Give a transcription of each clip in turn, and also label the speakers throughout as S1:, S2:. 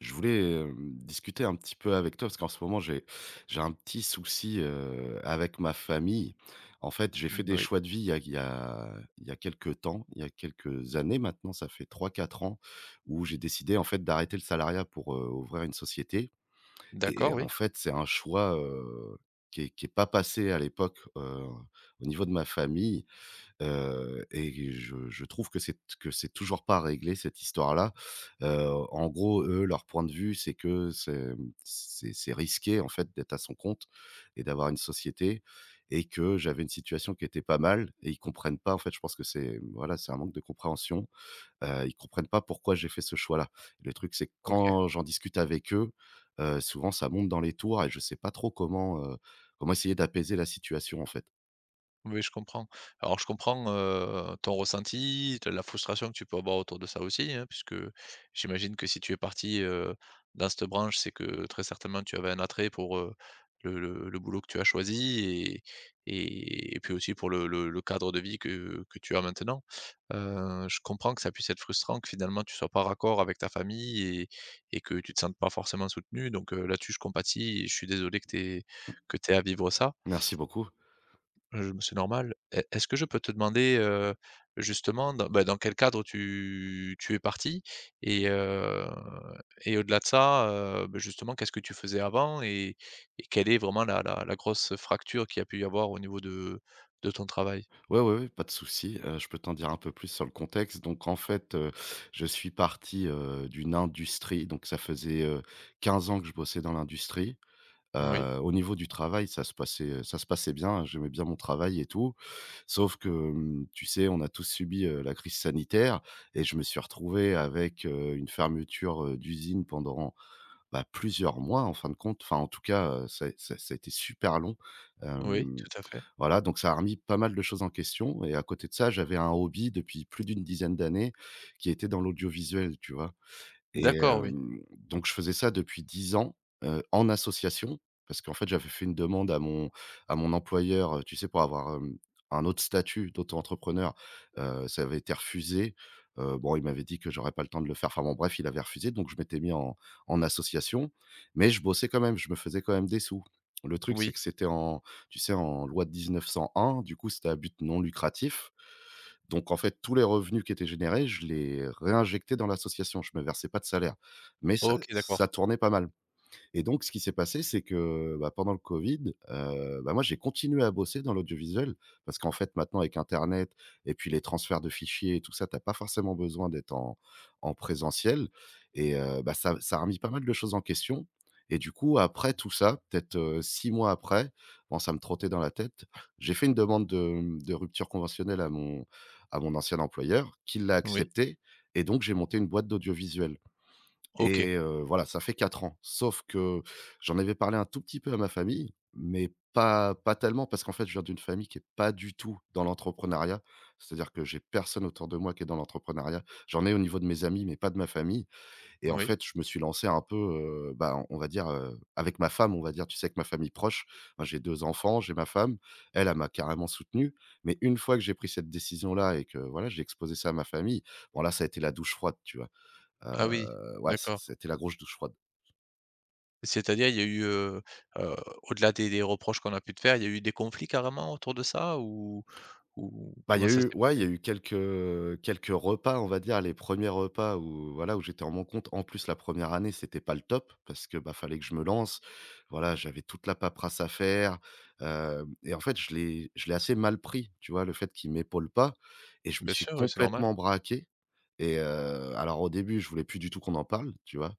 S1: Je voulais, discuter un petit peu avec toi parce qu'en ce moment j'ai un petit souci, avec ma famille. En fait, j'ai fait des
S2: Oui.
S1: choix de vie il y a il y a il y a quelque temps, il y a quelques années maintenant, ça fait trois quatre ans où j'ai décidé en fait d'arrêter le salariat pour, ouvrir une société et
S2: D'accord,
S1: en
S2: oui.
S1: fait, c'est un choix, qui est pas passé à l'époque, au niveau de ma famille. Et je trouve que c'est toujours pas réglé cette histoire-là. En gros, eux, leur point de vue, c'est que c'est risqué, en fait, d'être à son compte et d'avoir une société et que j'avais une situation qui était pas mal et ils comprennent pas, en fait, je pense que c'est, voilà, c'est un manque de compréhension. Ils comprennent pas pourquoi j'ai fait ce choix-là. Le truc, c'est que
S2: OK.
S1: quand j'en discute avec eux, souvent ça monte dans les tours et je sais pas trop comment essayer d'apaiser la situation, en fait.
S2: Oui, je comprends. Alors je comprends, ton ressenti, t la frustration que tu peux avoir autour de ça aussi, hein, puisque j'imagine que si tu es parti, dans cette branche, c'est que très certainement tu avais un attrait pour, le boulot que tu as choisi et puis aussi pour le cadre de vie que tu as maintenant. Je comprends que ça puisse être frustrant, que finalement tu sois pas raccord avec ta famille et que tu te sentes pas forcément soutenu donc, là-dessus je compatis et je suis désolé que tu aies à vivre ça.
S1: Merci beaucoup.
S2: C'est normal. Est-ce que je peux te demander, justement dans quel cadre tu es parti? Et heu et au-delà de ça, justement, qu'est-ce que tu faisais avant? Et quelle est vraiment la grosse fracture qu'il y a pu y avoir au niveau de ton travail?
S1: Ouais, ouais, ouais, pas de souci, je peux t'en dire un peu plus sur le contexte. Donc en fait, je suis parti, d'une industrie, donc ça faisait, 15 ans que je bossais dans l'industrie.
S2: Oui,
S1: Au niveau du travail, ça se passait bien, j'aimais bien mon travail et tout. Sauf que, tu sais, on a tous subi, la crise sanitaire et je me suis retrouvé avec, une fermeture, d'usine pendant, bah, plusieurs mois en fin de compte. Enfin, en tout cas, ça a été super long.
S2: oui,
S1: Hem,
S2: tout à fait.
S1: voilà, donc ça a remis pas mal de choses en question et à côté de ça, j'avais un hobby depuis plus d'une dizaine d'années qui était dans l'audiovisuel, tu vois? Et
S2: D'accord, oui.
S1: donc je faisais ça depuis 10 ans, en association parce qu'en fait, j'avais fait une demande à mon employeur, tu sais, pour avoir, un autre statut d'auto-entrepreneur, ça avait été refusé. Bon, il m'avait dit que j'aurais pas le temps de le faire. Enfin bon, bref, il avait refusé, donc je m'étais mis en association, mais je bossais quand même, je me faisais quand même des sous. Le truc,
S2: Oui.
S1: c'est que c'était en loi de 1901, du coup, c'était à but non lucratif donc en fait, tous les revenus qui étaient générés, je les réinjectais dans l'association. Je me versais pas de salaire, mais ça
S2: OK,
S1: ça
S2: d'accord.
S1: tournait pas mal. Et donc ce qui s'est passé, c'est que, bah, pendant le Covid, bah, moi j'ai continué à bosser dans l'audiovisuel parce qu'en fait maintenant avec internet et puis les transferts de fichiers et tout ça, tu as pas forcément besoin d'être en présentiel et bah, ça a remis pas mal de choses en question et du coup après tout ça, peut-être, 6 mois après, bon ça me trottait dans la tête, j'ai fait une demande de rupture conventionnelle à mon ancien employeur qui l'a
S2: Oui.
S1: acceptée et donc j'ai monté une boîte d'audiovisuel.
S2: OK.
S1: Et voilà, ça fait 4 ans. Sauf que j'en avais parlé un tout petit peu à ma famille, mais pas tellement parce qu'en fait, je viens d'une famille qui est pas du tout dans l'entrepreneuriat. C'est-à-dire que j'ai personne autour de moi qui est dans l'entrepreneuriat. J'en ai au niveau de mes amis, mais pas de ma famille et en
S2: Oui.
S1: fait, je me suis lancé un peu, bah, on va dire, avec ma femme, on va dire, tu sais, avec ma famille proche. Moi, j'ai 2 enfants, j'ai ma femme. Elle, elle m'a carrément soutenu, mais une fois que j'ai pris cette décision-là et que voilà, j'ai exposé ça à ma famille, bon là, ça a été la douche froide, tu vois?
S2: Ah oui,
S1: Ouais, c
S2: d'accord.
S1: c'était la grosse douche froide.
S2: C'est-à-dire, il y a eu, heu, au-delà des reproches qu'on a pu te faire, il y a eu des conflits carrément autour de ça? Ou
S1: Bah, il y
S2: comment
S1: a
S2: ça
S1: eu
S2: s'est
S1: ouais, il y a
S2: passé?
S1: eu quelques repas, on va dire, les premiers repas où, voilà, où j'étais en mon compte. En plus, la première année, c'était pas le top parce que, bah, fallait que je me lance. Voilà, j'avais toute la paperasse à faire, hem et en fait, je l'ai assez mal pris, tu vois? Le fait qu'il m'épaule pas et je me
S2: Bien
S1: suis
S2: sûr, oui, c'est normal.
S1: complètement braqué et alors, au début, je voulais plus du tout qu'on en parle, tu vois?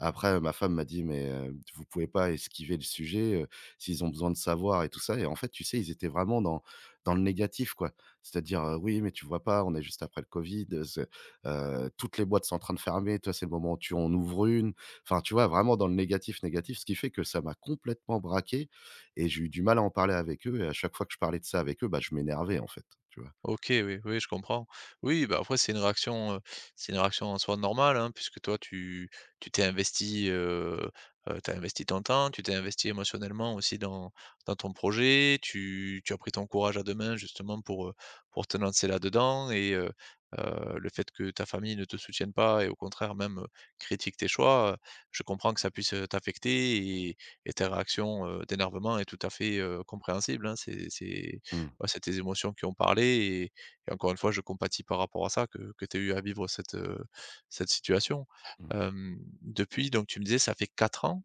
S1: Après, ma femme m'a dit: «Mais, vous pouvez pas esquiver le sujet, s'ils ont besoin de savoir et tout ça» et en fait, tu sais, ils étaient vraiment dans le négatif, quoi. C'est-à-dire: «Oui, mais tu vois pas, on est juste après le Covid, ce toutes les boîtes sont en train de fermer, toi, c'est le moment où tu en ouvres une». Enfin, tu vois, vraiment dans le négatif, négatif, ce qui fait que ça m'a complètement braqué et j'ai eu du mal à en parler avec eux et à chaque fois que je parlais de ça avec eux, bah, je m'énervais, en fait, tu vois?
S2: OK, oui, oui, je comprends. Oui, bah, après c'est une réaction en soi normale, hein, puisque toi tu t'es investi, tu investi ton temps, tu t'es investi émotionnellement aussi dans dans ton projet, tu as pris ton courage à 2 mains justement pour te lancer là-dedans et le fait que ta famille ne te soutienne pas et au contraire même, critique tes choix, je comprends que ça puisse, t'affecter et ta réaction, d'énervement est tout à fait, compréhensible, hein. C'est
S1: Mmh mh.
S2: bah, c'est tes émotions qui ont parlé et encore une fois, je compatis par rapport à ça que tu aies eu à vivre cette, cette situation. Depuis donc tu me disais ça fait 4 ans,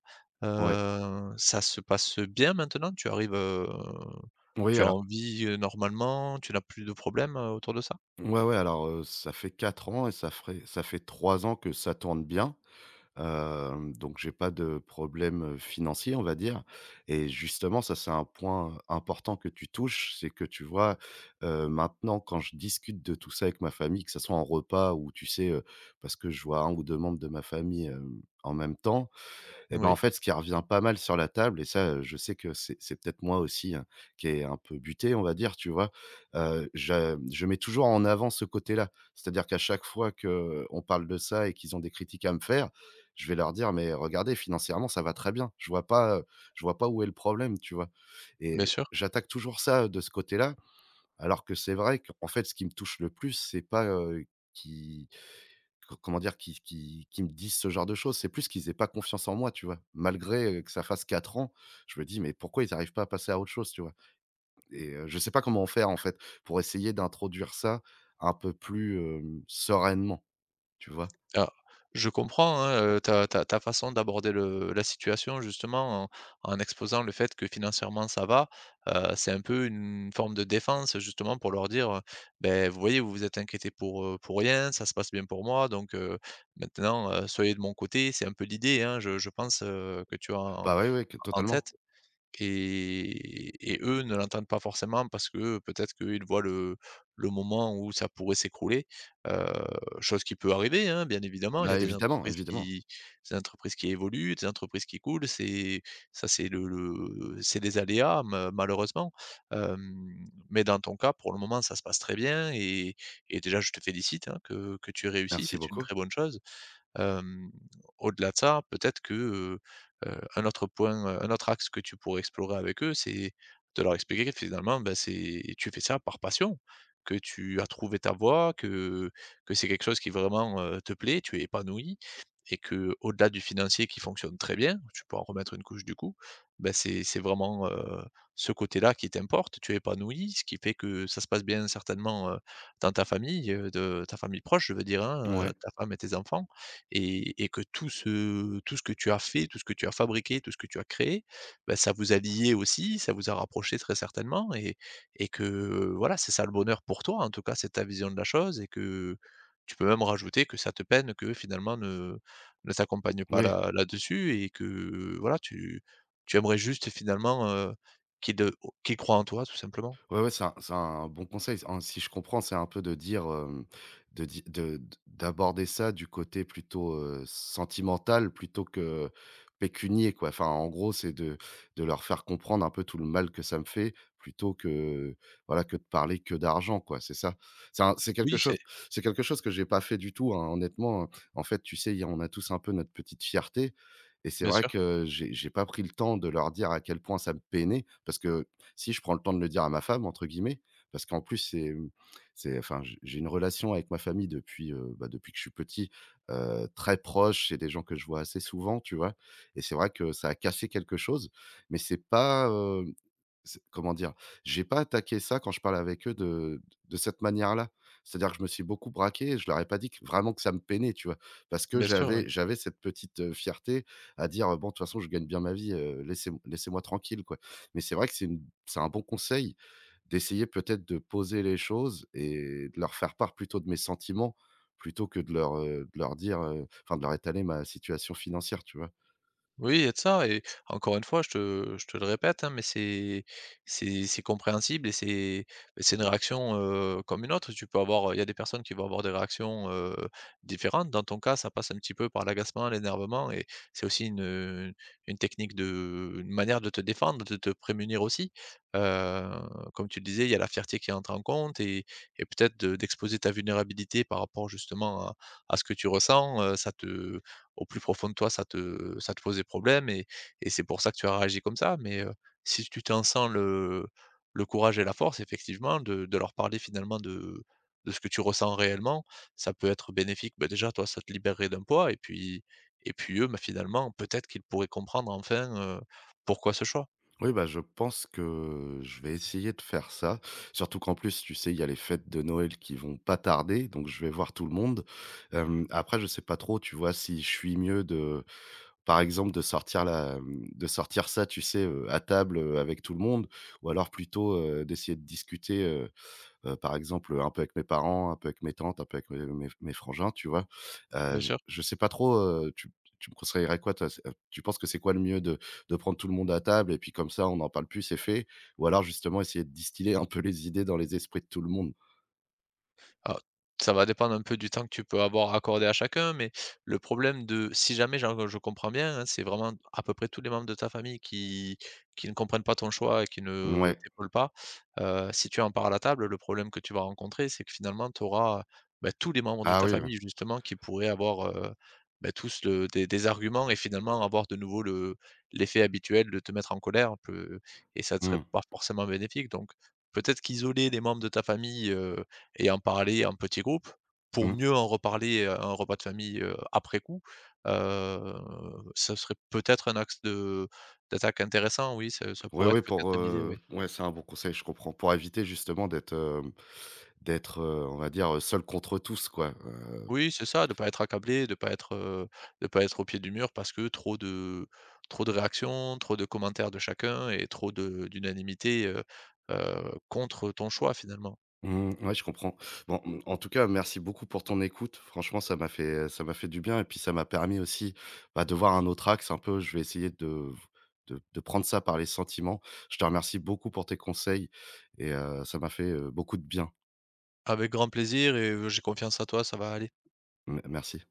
S1: Ouais.
S2: ça se passe bien maintenant? Tu arrives,
S1: Oui,
S2: tu as
S1: alors.
S2: envie vis, normalement? Tu n'as plus de problèmes, autour de ça?
S1: Ouais, ouais, alors, ça fait 4 ans et ça fait 3 ans que ça tourne bien. Donc j'ai pas de problème, financier, on va dire et justement, ça, c'est un point important que tu touches. C'est que tu vois, maintenant quand je discute de tout ça avec ma famille, que ça soit en repas ou tu sais, parce que je vois un ou 2 membres de ma famille, en même temps, et
S2: Mmh.
S1: ben, en
S2: Oui,
S1: fait, ce qui revient pas mal sur la table et ça, je sais que c'est peut-être moi aussi, hein, qui est un peu buté, on va dire, tu vois? Je mets toujours en avant ce côté-là. C'est-à-dire qu'à chaque fois qu'on parle de ça et qu'ils ont des critiques à me faire, je vais leur dire: «Mais regardez, financièrement, ça va très bien. Je vois pas où est le problème», tu vois?
S2: bien
S1: Et
S2: sûr.
S1: j'attaque toujours ça, de ce côté-là, alors que c'est vrai qu'en fait, ce qui me touche le plus, c'est pas, qui Co comment dire? Qui me disent ce genre de choses. C'est plus qu'ils aient pas confiance en moi, tu vois? Malgré, que ça fasse 4 ans, je me dis: «Mais pourquoi ils n'arrivent pas à passer à autre chose?» tu vois? Et je sais pas comment faire, en fait, pour essayer d'introduire ça un peu plus, sereinement, tu vois?
S2: Ah, je comprends, hein, ta façon d'aborder le la situation justement en en exposant le fait que financièrement ça va, c'est un peu une forme de défense justement pour leur dire, «Beh, vous voyez, vous vous êtes inquiétés pour rien, ça se passe bien pour moi donc maintenant, soyez de mon côté». C'est un peu l'idée, hein, je pense, que tu as en
S1: Bah, oui oui
S2: en
S1: totalement.
S2: tête. Et eux ne l'entendent pas forcément parce que peut-être qu'ils voient le moment où ça pourrait s'écrouler, heu, chose qui peut arriver, hein, bien évidemment. Il y a
S1: Bah, évidemment, évidemment.
S2: des entreprises qui évoluent, des entreprises qui coulent, c'est le c'est des aléas ma malheureusement, mais dans ton cas, pour le moment, ça se passe très bien et déjà je te félicite, hein, que tu réussis.
S1: Merci
S2: C'est une
S1: beaucoup.
S2: très bonne chose. Hem, Au-delà de ça, peut-être que, un autre point, un autre axe que tu pourrais explorer avec eux, c'est de leur expliquer que finalement, ben, c'est tu fais ça par passion, que tu as trouvé ta voie, que c'est quelque chose qui vraiment, te plaît, tu es épanoui et que au delà du financier qui fonctionne très bien, tu peux en remettre une couche du coup, ben, c'est vraiment, ce côté-là qui t'importe. Tu es épanoui, ce qui fait que ça se passe bien certainement, dans ta famille, de ta famille proche, je veux dire, hein,
S1: Ouais.
S2: ta femme et tes enfants et que tout ce que tu as fait, tout ce que tu as fabriqué, tout ce que tu as créé, bah, ça vous a lié aussi, ça vous a rapproché très certainement et que, voilà, c'est ça le bonheur pour toi, en tout cas, c'est ta vision de la chose et que tu peux même rajouter que ça te peine que finalement ne t'accompagnent pas
S1: Oui.
S2: là là-dessus et que, voilà, tu tu aimerais juste finalement, qu'ils, o qu'ils en toi tout simplement.
S1: Ouais, ouais, c'est un bon conseil. En si je comprends, c'est un peu de dire, de di de d d'aborder ça du côté plutôt, sentimental plutôt que pécunier, quoi. Enfin, en gros, c'est de leur faire comprendre un peu tout le mal que ça me fait plutôt que, voilà, que de parler que d'argent, quoi, c'est ça? C'est un c'est quelque
S2: Oui,
S1: chose
S2: c'est
S1: c'est quelque chose que j'ai pas fait du tout, hein, honnêtement. En fait, tu sais, on a tous un peu notre petite fierté et c'est
S2: bien
S1: vrai
S2: sûr,
S1: que j'ai pas pris le temps de leur dire à quel point ça me peinait parce que si je prends le temps de le dire à ma femme, entre guillemets, parce qu'en plus, c'est enfin, j'ai une relation avec ma famille depuis, bah, depuis que je suis petit, très proche. C'est des gens que je vois assez souvent, tu vois? Et c'est vrai que ça a cassé quelque chose, mais c'est comment dire? J'ai pas attaqué ça quand je parle avec eux de cette manière-là. C'est-à-dire que je me suis beaucoup braqué et je leur ai pas dit que vraiment que ça me peinait, tu vois? Parce que
S2: bien sûr, ouais.
S1: j'avais cette petite, fierté à dire: «Bon, de toute façon, je gagne bien ma vie, laissez-moi tranquille, quoi». Mais c'est vrai que c'est un bon conseil d'essayer peut-être de poser les choses et de leur faire part plutôt de mes sentiments, plutôt que de leur dire, enfin de leur étaler ma situation financière, tu vois?
S2: Oui, il y a de ça et encore une fois, je te le répète, hein, mais c'est compréhensible et c'est une réaction, comme une autre. Tu peux avoir il y a des personnes qui vont avoir des réactions, différentes. Dans ton cas, ça passe un petit peu par l'agacement, l'énervement et c'est aussi une technique de une manière de te défendre, de te prémunir aussi. Heu, Comme tu le disais, il y a la fierté qui entre en compte et peut-être de d'exposer ta vulnérabilité par rapport justement à ce que tu ressens, ça te au plus profond de toi, ça te pose des problèmes et c'est pour ça que tu as réagi comme ça. Mais, si tu t'en sens le courage et la force, effectivement, de leur parler finalement de ce que tu ressens réellement, ça peut être bénéfique. Bah, déjà, toi, ça te libérerait d'un poids et puis eux, bah, finalement, peut-être qu'ils pourraient comprendre enfin, pourquoi ce choix.
S1: Oui, bah, je pense que je vais essayer de faire ça. Surtout qu'en plus, tu sais, il y a les fêtes de Noël qui vont pas tarder, donc je vais voir tout le monde. Après, je sais pas trop, tu vois, si je suis mieux de par exemple, de sortir ça, tu sais, à table, avec tout le monde ou alors plutôt, d'essayer de discuter, par exemple, un peu avec mes parents, un peu avec mes tantes, un peu avec mes frangins, tu vois? Heu,
S2: Bien
S1: je
S2: sûr.
S1: je sais pas trop, tu me conseillerais quoi toi? C'est, tu penses que c'est quoi le mieux de prendre tout le monde à table et puis comme ça on n'en parle plus, c'est fait? Ou alors justement essayer de distiller un peu les idées dans les esprits de tout le monde?
S2: Ah, ça va dépendre un peu du temps que tu peux avoir accordé à chacun, mais le problème de si jamais j'en je comprends bien, hein, c'est vraiment à peu près tous les membres de ta famille qui ne comprennent pas ton choix et qui ne
S1: Ouais.
S2: t'épaulent pas. Si tu en parles à la table, le problème que tu vas rencontrer, c'est que finalement tu auras, bah, tous les membres de
S1: Ah
S2: ta
S1: oui, ouais.
S2: famille justement qui pourraient avoir, bah, tous le des arguments et finalement avoir de nouveau le l'effet habituel de te mettre en colère, peu et ça ne serait
S1: Mmh.
S2: pas forcément bénéfique donc peut-être qu'isoler les membres de ta famille, euh, et en parler en petit groupe pour
S1: Mmh.
S2: mieux en reparler à un repas de famille, après coup, heu, ça serait peut-être un axe de d'attaque intéressant, oui, ça
S1: Oui,
S2: pourrait
S1: oui
S2: être
S1: pour,
S2: peut-être une idée, oui.
S1: ouais, c'est un bon conseil, je comprends. Pour éviter justement d'être, on va dire, seul contre tous quoi, heu
S2: Oui, c'est ça, de pas être accablé, de pas être au pied du mur parce que trop de réactions, trop de commentaires de chacun et trop de d'unanimité, contre ton choix, finalement.
S1: Mmh, ouais, je comprends. Bon, en tout cas, merci beaucoup pour ton écoute. Franchement, ça m'a fait du bien et puis ça m'a permis aussi, bah, de voir un autre axe un peu. Je vais essayer de prendre ça par les sentiments. Je te remercie beaucoup pour tes conseils et ça m'a fait, beaucoup de bien.
S2: Avec grand plaisir et j'ai confiance en toi, ça va aller.
S1: Me merci.